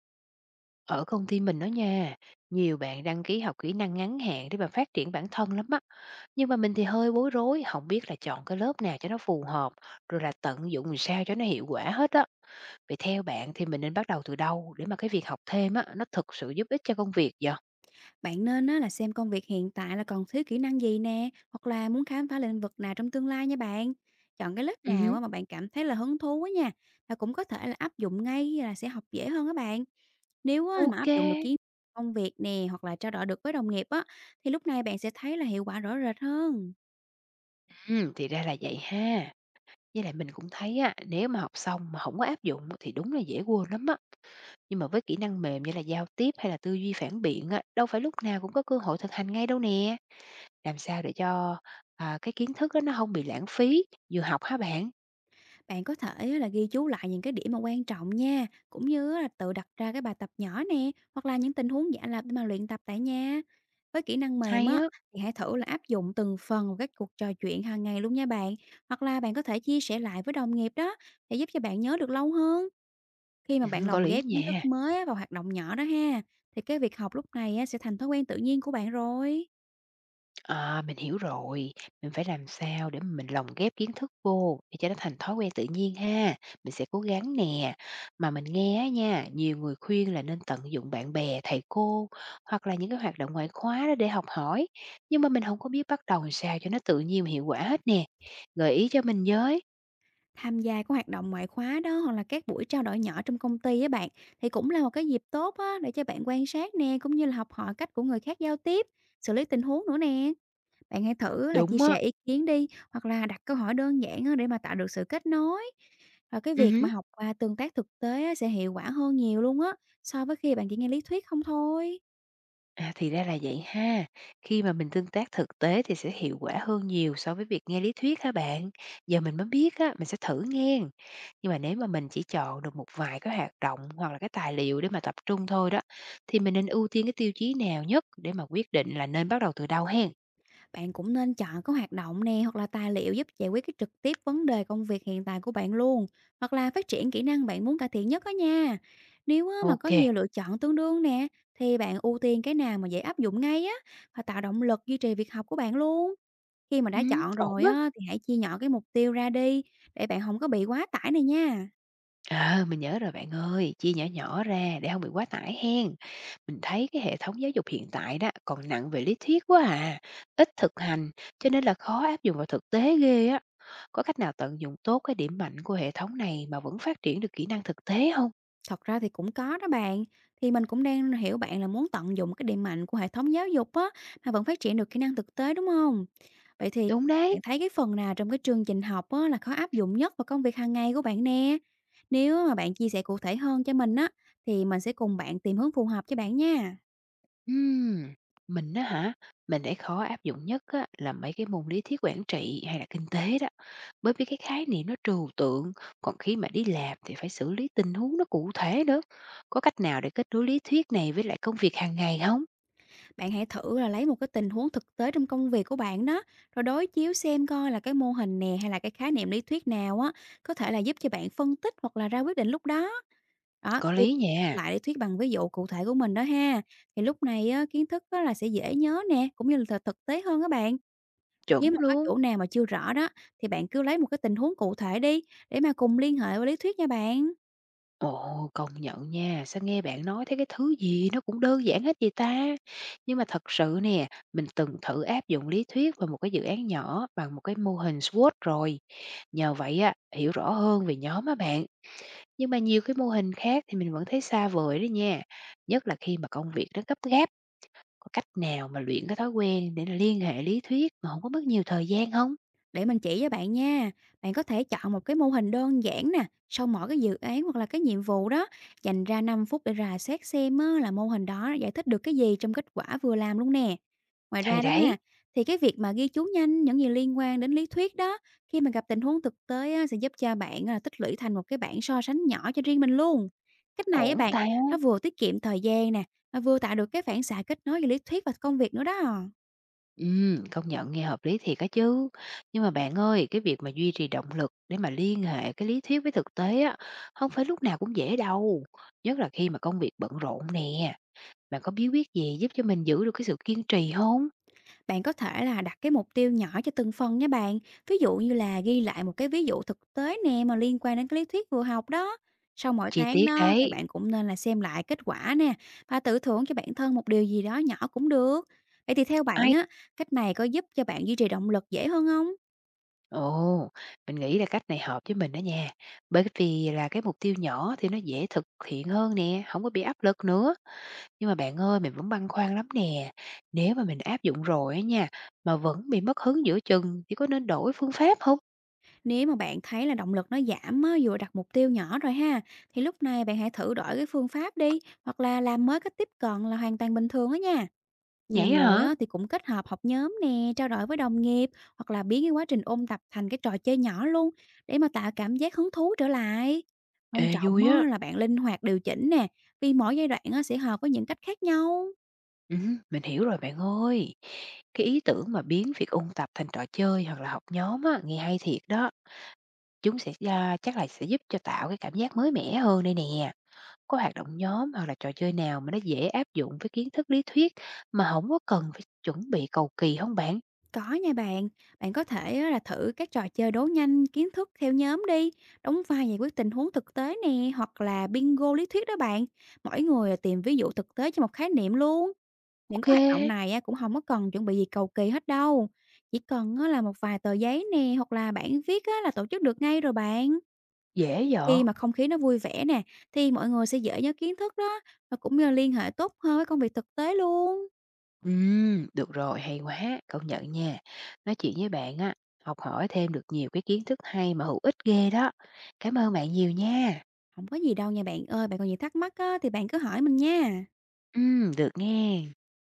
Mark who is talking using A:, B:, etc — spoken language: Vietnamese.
A: Ở công ty mình đó nha, nhiều bạn đăng ký học kỹ năng ngắn hạn để mà phát triển bản thân lắm á. Nhưng mà mình thì hơi bối rối, không biết là chọn cái lớp nào cho nó phù hợp, rồi là tận dụng làm sao cho nó hiệu quả hết á. Vậy theo bạn thì mình nên bắt đầu từ đâu để mà cái việc học thêm á, nó thực sự giúp ích cho công việc vậy?
B: Bạn nên á, là xem công việc hiện tại là còn thiếu kỹ năng gì nè, hoặc là muốn khám phá lĩnh vực nào trong tương lai nha bạn. Chọn cái lớp nào
A: Ừ.
B: á, mà bạn cảm thấy là hứng thú á nha, và cũng có thể là áp dụng ngay là sẽ học dễ hơn các bạn. Nếu á, mà áp
A: Ok,
B: dụng được kiến thức trong công việc nè, hoặc là trao đổi được với đồng nghiệp á, thì lúc này bạn sẽ thấy là hiệu quả rõ rệt hơn.
A: ừ, thì ra là vậy ha. Với lại mình cũng thấy á, nếu mà học xong mà không có áp dụng thì đúng là dễ quên lắm á. Nhưng mà với kỹ năng mềm như là giao tiếp hay là tư duy phản biện á, đâu phải lúc nào cũng có cơ hội thực hành ngay đâu nè. Làm sao để cho, à, cái kiến thức đó nó không bị lãng phí, vừa học hả bạn?
B: Bạn có thể á là ghi chú lại những cái điểm mà quan trọng nha, cũng như á là tự đặt ra cái bài tập nhỏ nè, hoặc là những tình huống giả lập để mà luyện tập tại nhà. Với kỹ năng mềm
A: Hay
B: á,
A: á,
B: thì hãy thử là áp dụng từng phần vào các cuộc trò chuyện hàng ngày luôn nha bạn. Hoặc là bạn có thể chia sẻ lại với đồng nghiệp đó, để giúp cho bạn nhớ được lâu hơn. Khi mà bạn
A: có
B: lồng
A: lý
B: ghép kiến thức
A: nha.
B: mới á vào hoạt động nhỏ đó ha, thì cái việc học lúc này á sẽ thành thói quen tự nhiên của bạn rồi.
A: À, mình hiểu rồi, mình phải làm sao để mà mình lồng ghép kiến thức vô để cho nó thành thói quen tự nhiên ha. Mình sẽ cố gắng nè. Mà mình nghe á nha, nhiều người khuyên là nên tận dụng bạn bè, thầy cô hoặc là những cái hoạt động ngoại khóa đó để học hỏi, nhưng mà mình không có biết bắt đầu làm sao cho nó tự nhiên và hiệu quả hết nè. Gợi ý cho mình với.
B: Tham gia các hoạt động ngoại khóa đó hoặc là các buổi trao đổi nhỏ trong công ty á bạn thì cũng là một cái dịp tốt á để cho bạn quan sát nè, cũng như là học hỏi cách của người khác giao tiếp, xử lý tình huống nữa nè. Bạn hãy thử là chia
A: Đúng á,
B: sẻ ý kiến đi, hoặc là đặt câu hỏi đơn giản á để mà tạo được sự kết nối. Và cái
A: ừ
B: việc mà
A: hứm.
B: học qua tương tác thực tế á, sẽ hiệu quả hơn nhiều luôn á, so với khi bạn chỉ nghe lý thuyết không thôi.
A: À, thì ra là vậy ha. Khi mà mình tương tác thực tế thì sẽ hiệu quả hơn nhiều so với việc nghe lý thuyết hả bạn? Giờ mình mới biết á, mình sẽ thử nghe. Nhưng mà nếu mà mình chỉ chọn được một vài cái hoạt động hoặc là cái tài liệu để mà tập trung thôi đó, thì mình nên ưu tiên cái tiêu chí nào nhất để mà quyết định là nên bắt đầu từ đâu hen?
B: Bạn cũng nên chọn có hoạt động nè, hoặc là tài liệu giúp giải quyết cái trực tiếp vấn đề công việc hiện tại của bạn luôn, hoặc là phát triển kỹ năng bạn muốn cải thiện nhất đó nha. Nếu á, mà có
A: Ok,
B: nhiều lựa chọn tương đương nè, thì bạn ưu tiên cái nào mà dễ áp dụng ngay á, và tạo động lực duy trì việc học của bạn luôn. Khi mà
A: ừ,
B: đã chọn
A: ổn
B: rồi
A: á.
B: á, thì hãy chia nhỏ cái mục tiêu ra đi, để bạn không có bị quá tải này nha.
A: Ờ, mình nhớ rồi bạn ơi, chia nhỏ nhỏ ra để không bị quá tải hen. Mình thấy cái hệ thống giáo dục hiện tại đó còn nặng về lý thuyết quá à, ít thực hành, cho nên là khó áp dụng vào thực tế ghê á. Có cách nào tận dụng tốt cái điểm mạnh của hệ thống này mà vẫn phát triển được kỹ năng thực tế không?
B: Thật ra thì cũng có đó bạn, thì mình cũng đang hiểu bạn là muốn tận dụng cái điểm mạnh của hệ thống giáo dục á, mà vẫn phát triển được kỹ năng thực tế, đúng không? Vậy thì
A: Đúng
B: bạn
A: đấy.
B: thấy cái phần nào trong cái chương trình học á là khó áp dụng nhất vào công việc hàng ngày của bạn nè? Nếu mà bạn chia sẻ cụ thể hơn cho mình á, thì mình sẽ cùng bạn tìm hướng phù hợp cho bạn nha.
A: Ừm, mình á hả, mình thấy khó áp dụng nhất á, là mấy cái môn lý thuyết quản trị hay là kinh tế đó. Bởi vì cái khái niệm nó trừu tượng, còn khi mà đi làm thì phải xử lý tình huống nó cụ thể nữa. Có cách nào để kết nối lý thuyết này với lại công việc hàng ngày không?
B: Bạn hãy thử là lấy một cái tình huống thực tế trong công việc của bạn đó, rồi đối chiếu xem coi là cái mô hình nè, hay là cái khái niệm lý thuyết nào á, có thể là giúp cho bạn phân tích hoặc là ra quyết định lúc đó. Đó,
A: Có
B: khi
A: lý
B: thích
A: nha,
B: lại để thuyết bằng ví dụ cụ thể của mình đó ha, thì lúc này á, kiến thức á là sẽ dễ nhớ nè, cũng như là thực thực tế hơn các bạn. Nếu
A: chuẩn
B: mà có
A: luôn.
B: chỗ nào mà chưa rõ đó, thì bạn cứ lấy một cái tình huống cụ thể đi, để mà cùng liên hệ với lý thuyết nha bạn.
A: Ồ, công nhận nha, sao nghe bạn nói thấy cái thứ gì nó cũng đơn giản hết vậy ta? Nhưng mà thật sự nè, mình từng thử áp dụng lý thuyết vào một cái dự án nhỏ bằng một cái mô hình SWOT rồi. Nhờ vậy á, hiểu rõ hơn về nhóm á bạn. Nhưng mà nhiều cái mô hình khác thì mình vẫn thấy xa vời đó nha. Nhất là khi mà công việc nó gấp gáp, có cách nào mà luyện cái thói quen để liên hệ lý thuyết mà không có mất nhiều thời gian không?
B: Để mình chỉ cho bạn nha, bạn có thể chọn một cái mô hình đơn giản nè, sau mỗi cái dự án hoặc là cái nhiệm vụ đó, dành ra 5 phút để rà xét xem á, là mô hình đó giải thích được cái gì trong kết quả vừa làm luôn nè. Ngoài
A: Hay
B: ra đó
A: đấy,
B: ha, thì cái việc mà ghi chú nhanh những gì liên quan đến lý thuyết đó, khi mà gặp tình huống thực tế á, sẽ giúp cho bạn tích lũy thành một cái bảng so sánh nhỏ cho riêng mình luôn. Cách này á
A: ổn
B: bạn,
A: ta.
B: nó vừa tiết kiệm thời gian nè, mà vừa tạo được cái phản xạ kết nối giữa lý thuyết và công việc nữa đó.
A: Công nhận nghe hợp lý thiệt á chứ. Nhưng mà bạn ơi, cái việc mà duy trì động lực để mà liên hệ cái lý thuyết với thực tế á, không phải lúc nào cũng dễ đâu. Nhất là khi mà công việc bận rộn nè. Bạn có bí quyết gì giúp cho mình giữ được cái sự kiên trì không?
B: Bạn có thể là đặt cái mục tiêu nhỏ cho từng phần nha bạn. Ví dụ như là ghi lại một cái ví dụ thực tế nè mà liên quan đến cái lý thuyết vừa học đó. Sau mỗi
A: Chi
B: tháng
A: tiết
B: đó thì
A: đấy.
B: bạn cũng nên là xem lại kết quả nè, và tự thưởng cho bản thân một điều gì đó nhỏ cũng được. Vậy thì theo bạn
A: Ai.
B: á, cách này có giúp cho bạn duy trì động lực dễ hơn không?
A: Ồ, mình nghĩ là cách này hợp với mình đó nha. Bởi vì là cái mục tiêu nhỏ thì nó dễ thực hiện hơn nè, không có bị áp lực nữa. Nhưng mà bạn ơi, mình vẫn băn khoăn lắm nè. Nếu mà mình áp dụng rồi á nha, mà vẫn bị mất hứng giữa chừng thì có nên đổi phương pháp không?
B: Nếu mà bạn thấy là động lực nó giảm á, vừa đặt mục tiêu nhỏ rồi ha, thì lúc này bạn hãy thử đổi cái phương pháp đi, hoặc là làm mới cách tiếp cận là hoàn toàn bình thường á nha. Nhiều
A: Vậy á
B: người
A: hả?
B: á thì cũng kết hợp học nhóm nè, trao đổi với đồng nghiệp, hoặc là biến cái quá trình ôn tập thành cái trò chơi nhỏ luôn, để mà tạo cảm giác hứng thú trở lại.
A: Ê,
B: Quan trọng
A: vui á.
B: á, là bạn linh hoạt điều chỉnh nè, vì mỗi giai đoạn á, sẽ hợp với những cách khác nhau.
A: Mình hiểu rồi bạn ơi. Cái ý tưởng mà biến việc ôn tập thành trò chơi hoặc là học nhóm á, nghe hay thiệt đó. Chúng sẽ, a, chắc là sẽ giúp cho tạo cái cảm giác mới mẻ hơn đây nè. Có hoạt động nhóm hoặc là trò chơi nào mà nó dễ áp dụng với kiến thức lý thuyết mà không có cần phải chuẩn bị cầu kỳ không bạn?
B: Có nha bạn, bạn có thể á, là thử các trò chơi đố nhanh kiến thức theo nhóm đi, đóng vai giải quyết tình huống thực tế nè, hoặc là bingo lý thuyết đó bạn. Mỗi người à, tìm ví dụ thực tế cho một khái niệm luôn. Những
A: Ok.
B: cái hoạt động này á, cũng không có cần chuẩn bị gì cầu kỳ hết đâu, chỉ cần á là một vài tờ giấy nè, hoặc là bản viết á là tổ chức được ngay rồi bạn.
A: Dễ vậy.
B: Khi mà không khí nó vui vẻ nè, thì mọi người sẽ dễ nhớ kiến thức đó, và cũng như là liên hệ tốt hơn với công việc thực tế luôn.
A: Được rồi, hay quá, công nhận nha. Nói chuyện với bạn á, học hỏi thêm được nhiều cái kiến thức hay mà hữu ích ghê đó. Cảm ơn bạn nhiều nha.
B: Không có gì đâu nha bạn ơi, bạn còn gì thắc mắc á thì bạn cứ hỏi mình nha.
A: Được nghe.